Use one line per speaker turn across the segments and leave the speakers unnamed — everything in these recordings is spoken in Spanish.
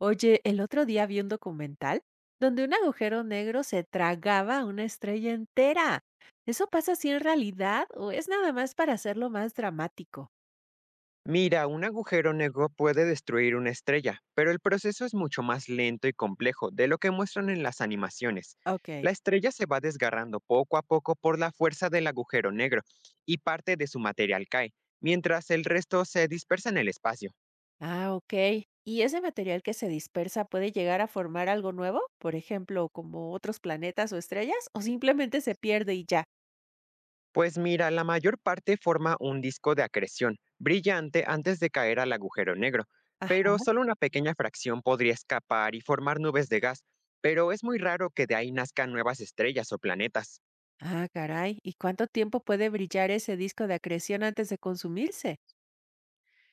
Oye, el otro día vi un documental donde un agujero negro se tragaba a una estrella entera. ¿Eso pasa así en realidad o es nada más para hacerlo más dramático?
Mira, un agujero negro puede destruir una estrella, pero el proceso es mucho más lento y complejo de lo que muestran en las animaciones.
Ok.
La estrella se va desgarrando poco a poco por la fuerza del agujero negro y parte de su material cae, mientras el resto se dispersa en el espacio.
Ah, ok. ¿Y ese material que se dispersa puede llegar a formar algo nuevo? Por ejemplo, como otros planetas o estrellas, o simplemente se pierde y ya.
Pues mira, la mayor parte forma un disco de acreción, brillante antes de caer al agujero negro,
Ajá.
pero solo una pequeña fracción podría escapar y formar nubes de gas, pero es muy raro que de ahí nazcan nuevas estrellas o planetas.
Ah, caray. ¿Y cuánto tiempo puede brillar ese disco de acreción antes de consumirse?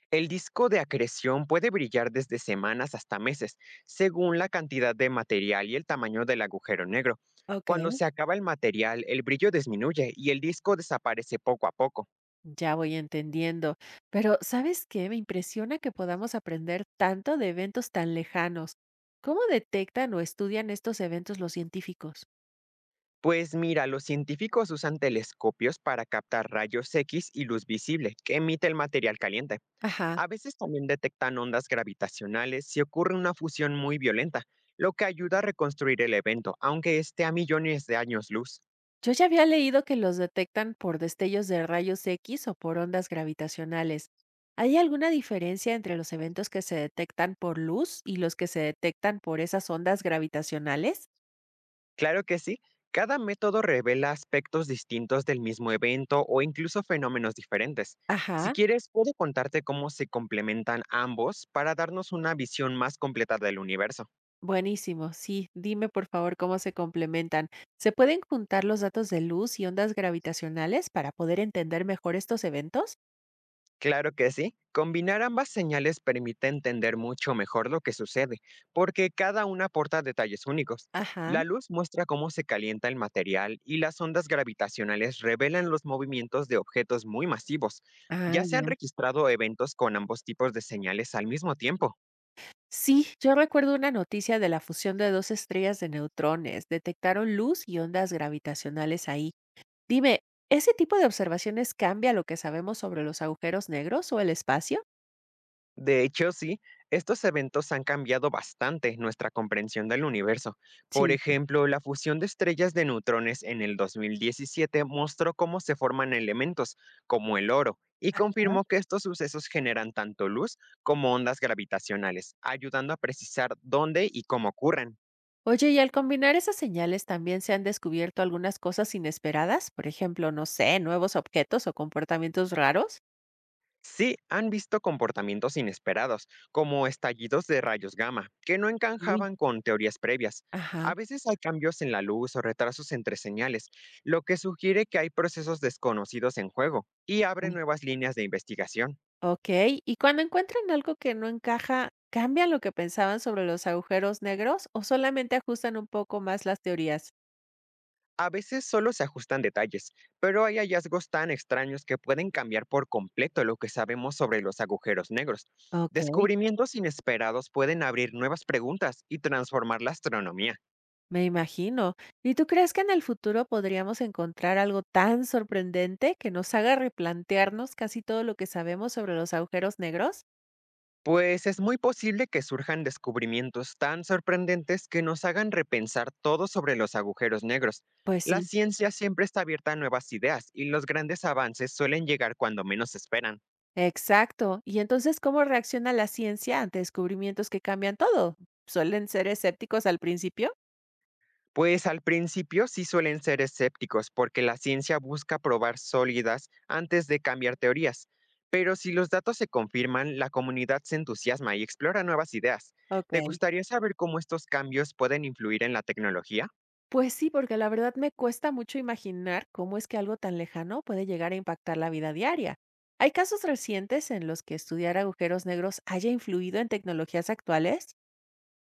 El disco de acreción puede brillar desde semanas hasta meses, según la cantidad de material y el tamaño del agujero negro.
Ok.
Cuando se acaba el material, el brillo disminuye y el disco desaparece poco a poco.
Ya voy entendiendo. Pero, ¿sabes qué? Me impresiona que podamos aprender tanto de eventos tan lejanos. ¿Cómo detectan o estudian estos eventos los científicos?
Pues mira, los científicos usan telescopios para captar rayos X y luz visible que emite el material caliente.
Ajá.
A veces también detectan ondas gravitacionales si ocurre una fusión muy violenta, lo que ayuda a reconstruir el evento, aunque esté a millones de años luz.
Yo ya había leído que los detectan por destellos de rayos X o por ondas gravitacionales. ¿Hay alguna diferencia entre los eventos que se detectan por luz y los que se detectan por esas ondas gravitacionales?
Claro que sí, cada método revela aspectos distintos del mismo evento o incluso fenómenos diferentes. Si
Ajá.
quieres, puedo contarte cómo se complementan ambos para darnos una visión más completa del universo.
Buenísimo, sí. Dime por favor cómo se complementan. ¿Se pueden juntar los datos de luz y ondas gravitacionales para poder entender mejor estos eventos?
Claro que sí. Combinar ambas señales permite entender mucho mejor lo que sucede, porque cada una aporta detalles únicos.
Ajá.
La luz muestra cómo se calienta el material y las ondas gravitacionales revelan los movimientos de objetos muy masivos.
Ah,
Ya se han
ya.
registrado eventos con ambos tipos de señales al mismo tiempo.
Sí, yo recuerdo una noticia de la fusión de dos estrellas de neutrones. Detectaron luz y ondas gravitacionales ahí. Dime, ¿ese tipo de observaciones cambia lo que sabemos sobre los agujeros negros o el espacio?
De hecho, sí, estos eventos han cambiado bastante nuestra comprensión del universo. Por
Sí.
ejemplo, la fusión de estrellas de neutrones en el 2017 mostró cómo se forman elementos, como el oro, y confirmó que estos sucesos generan tanto luz como ondas gravitacionales, ayudando a precisar dónde y cómo ocurren.
Oye, y al combinar esas señales también se han descubierto algunas cosas inesperadas, por ejemplo, no sé, nuevos objetos o comportamientos raros.
Sí, han visto comportamientos inesperados, como estallidos de rayos gamma, que no
Uy.
encajaban con teorías previas.
Ajá.
A veces hay cambios en la luz o retrasos entre señales, lo que sugiere que hay procesos desconocidos en juego y abre
mm,
nuevas líneas de investigación.
Ok, y cuando encuentran algo que no encaja, ¿cambian lo que pensaban sobre los agujeros negros o solamente ajustan un poco más las teorías?
A veces solo se ajustan detalles, pero hay hallazgos tan extraños que pueden cambiar por completo lo que sabemos sobre los agujeros negros.
Ok.
Descubrimientos inesperados pueden abrir nuevas preguntas y transformar la astronomía.
Me imagino. ¿Y tú crees que en el futuro podríamos encontrar algo tan sorprendente que nos haga replantearnos casi todo lo que sabemos sobre los agujeros negros?
Pues es muy posible que surjan descubrimientos tan sorprendentes que nos hagan repensar todo sobre los agujeros negros.
Pues
La
sí.
ciencia siempre está abierta a nuevas ideas y los grandes avances suelen llegar cuando menos se esperan.
Exacto. Y entonces, ¿cómo reacciona la ciencia ante descubrimientos que cambian todo? ¿Suelen ser escépticos al principio?
Pues al principio sí suelen ser escépticos porque la ciencia busca probar sólidas antes de cambiar teorías. Pero si los datos se confirman, la comunidad se entusiasma y explora nuevas ideas.
Ok.
¿Te gustaría saber cómo estos cambios pueden influir en la tecnología?
Pues sí, porque la verdad me cuesta mucho imaginar cómo es que algo tan lejano puede llegar a impactar la vida diaria. ¿Hay casos recientes en los que estudiar agujeros negros haya influido en tecnologías actuales?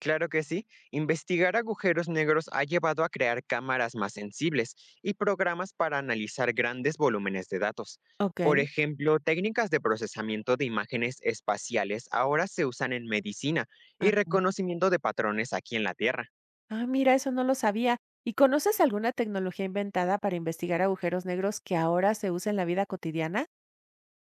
Claro que sí, investigar agujeros negros ha llevado a crear cámaras más sensibles y programas para analizar grandes volúmenes de datos.
Ok.
Por ejemplo, técnicas de procesamiento de imágenes espaciales ahora se usan en medicina y
Ah,
reconocimiento de patrones aquí en la Tierra.
mira, eso no lo sabía. ¿Y conoces alguna tecnología inventada para investigar agujeros negros que ahora se usa en la vida cotidiana?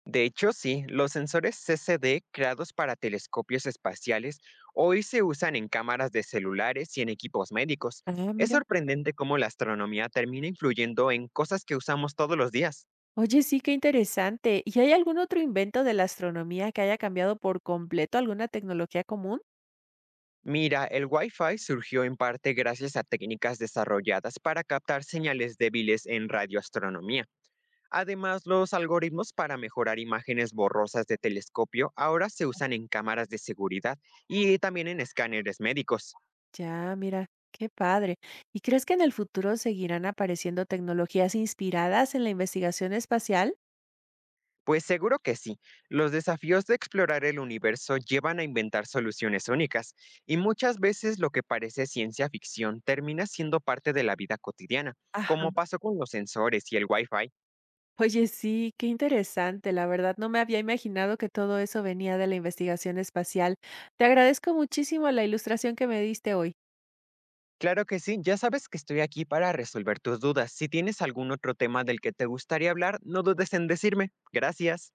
De hecho, sí, los sensores CCD creados para telescopios espaciales hoy se usan en cámaras de celulares y en equipos médicos.
Ah,
Es
mira.
sorprendente cómo la astronomía termina influyendo en cosas que usamos todos los días.
Oye, sí, qué interesante. ¿Y hay algún otro invento de la astronomía que haya cambiado por completo alguna tecnología común?
Mira, el Wi-Fi surgió en parte gracias a técnicas desarrolladas para captar señales débiles en radioastronomía. Además, los algoritmos para mejorar imágenes borrosas de telescopio ahora se usan en cámaras de seguridad y también en escáneres médicos.
Ya, mira, qué padre. ¿Y crees que en el futuro seguirán apareciendo tecnologías inspiradas en la investigación espacial?
Pues seguro que sí, los desafíos de explorar el universo llevan a inventar soluciones únicas, y muchas veces lo que parece ciencia ficción termina siendo parte de la vida cotidiana,
Ajá.
como pasó con los sensores y el Wi-Fi.
Oye, sí, qué interesante. La verdad, no me había imaginado que todo eso venía de la investigación espacial. Te agradezco muchísimo la ilustración que me diste hoy.
Claro que sí, ya sabes que estoy aquí para resolver tus dudas. Si tienes algún otro tema del que te gustaría hablar, no dudes en decirme. Gracias.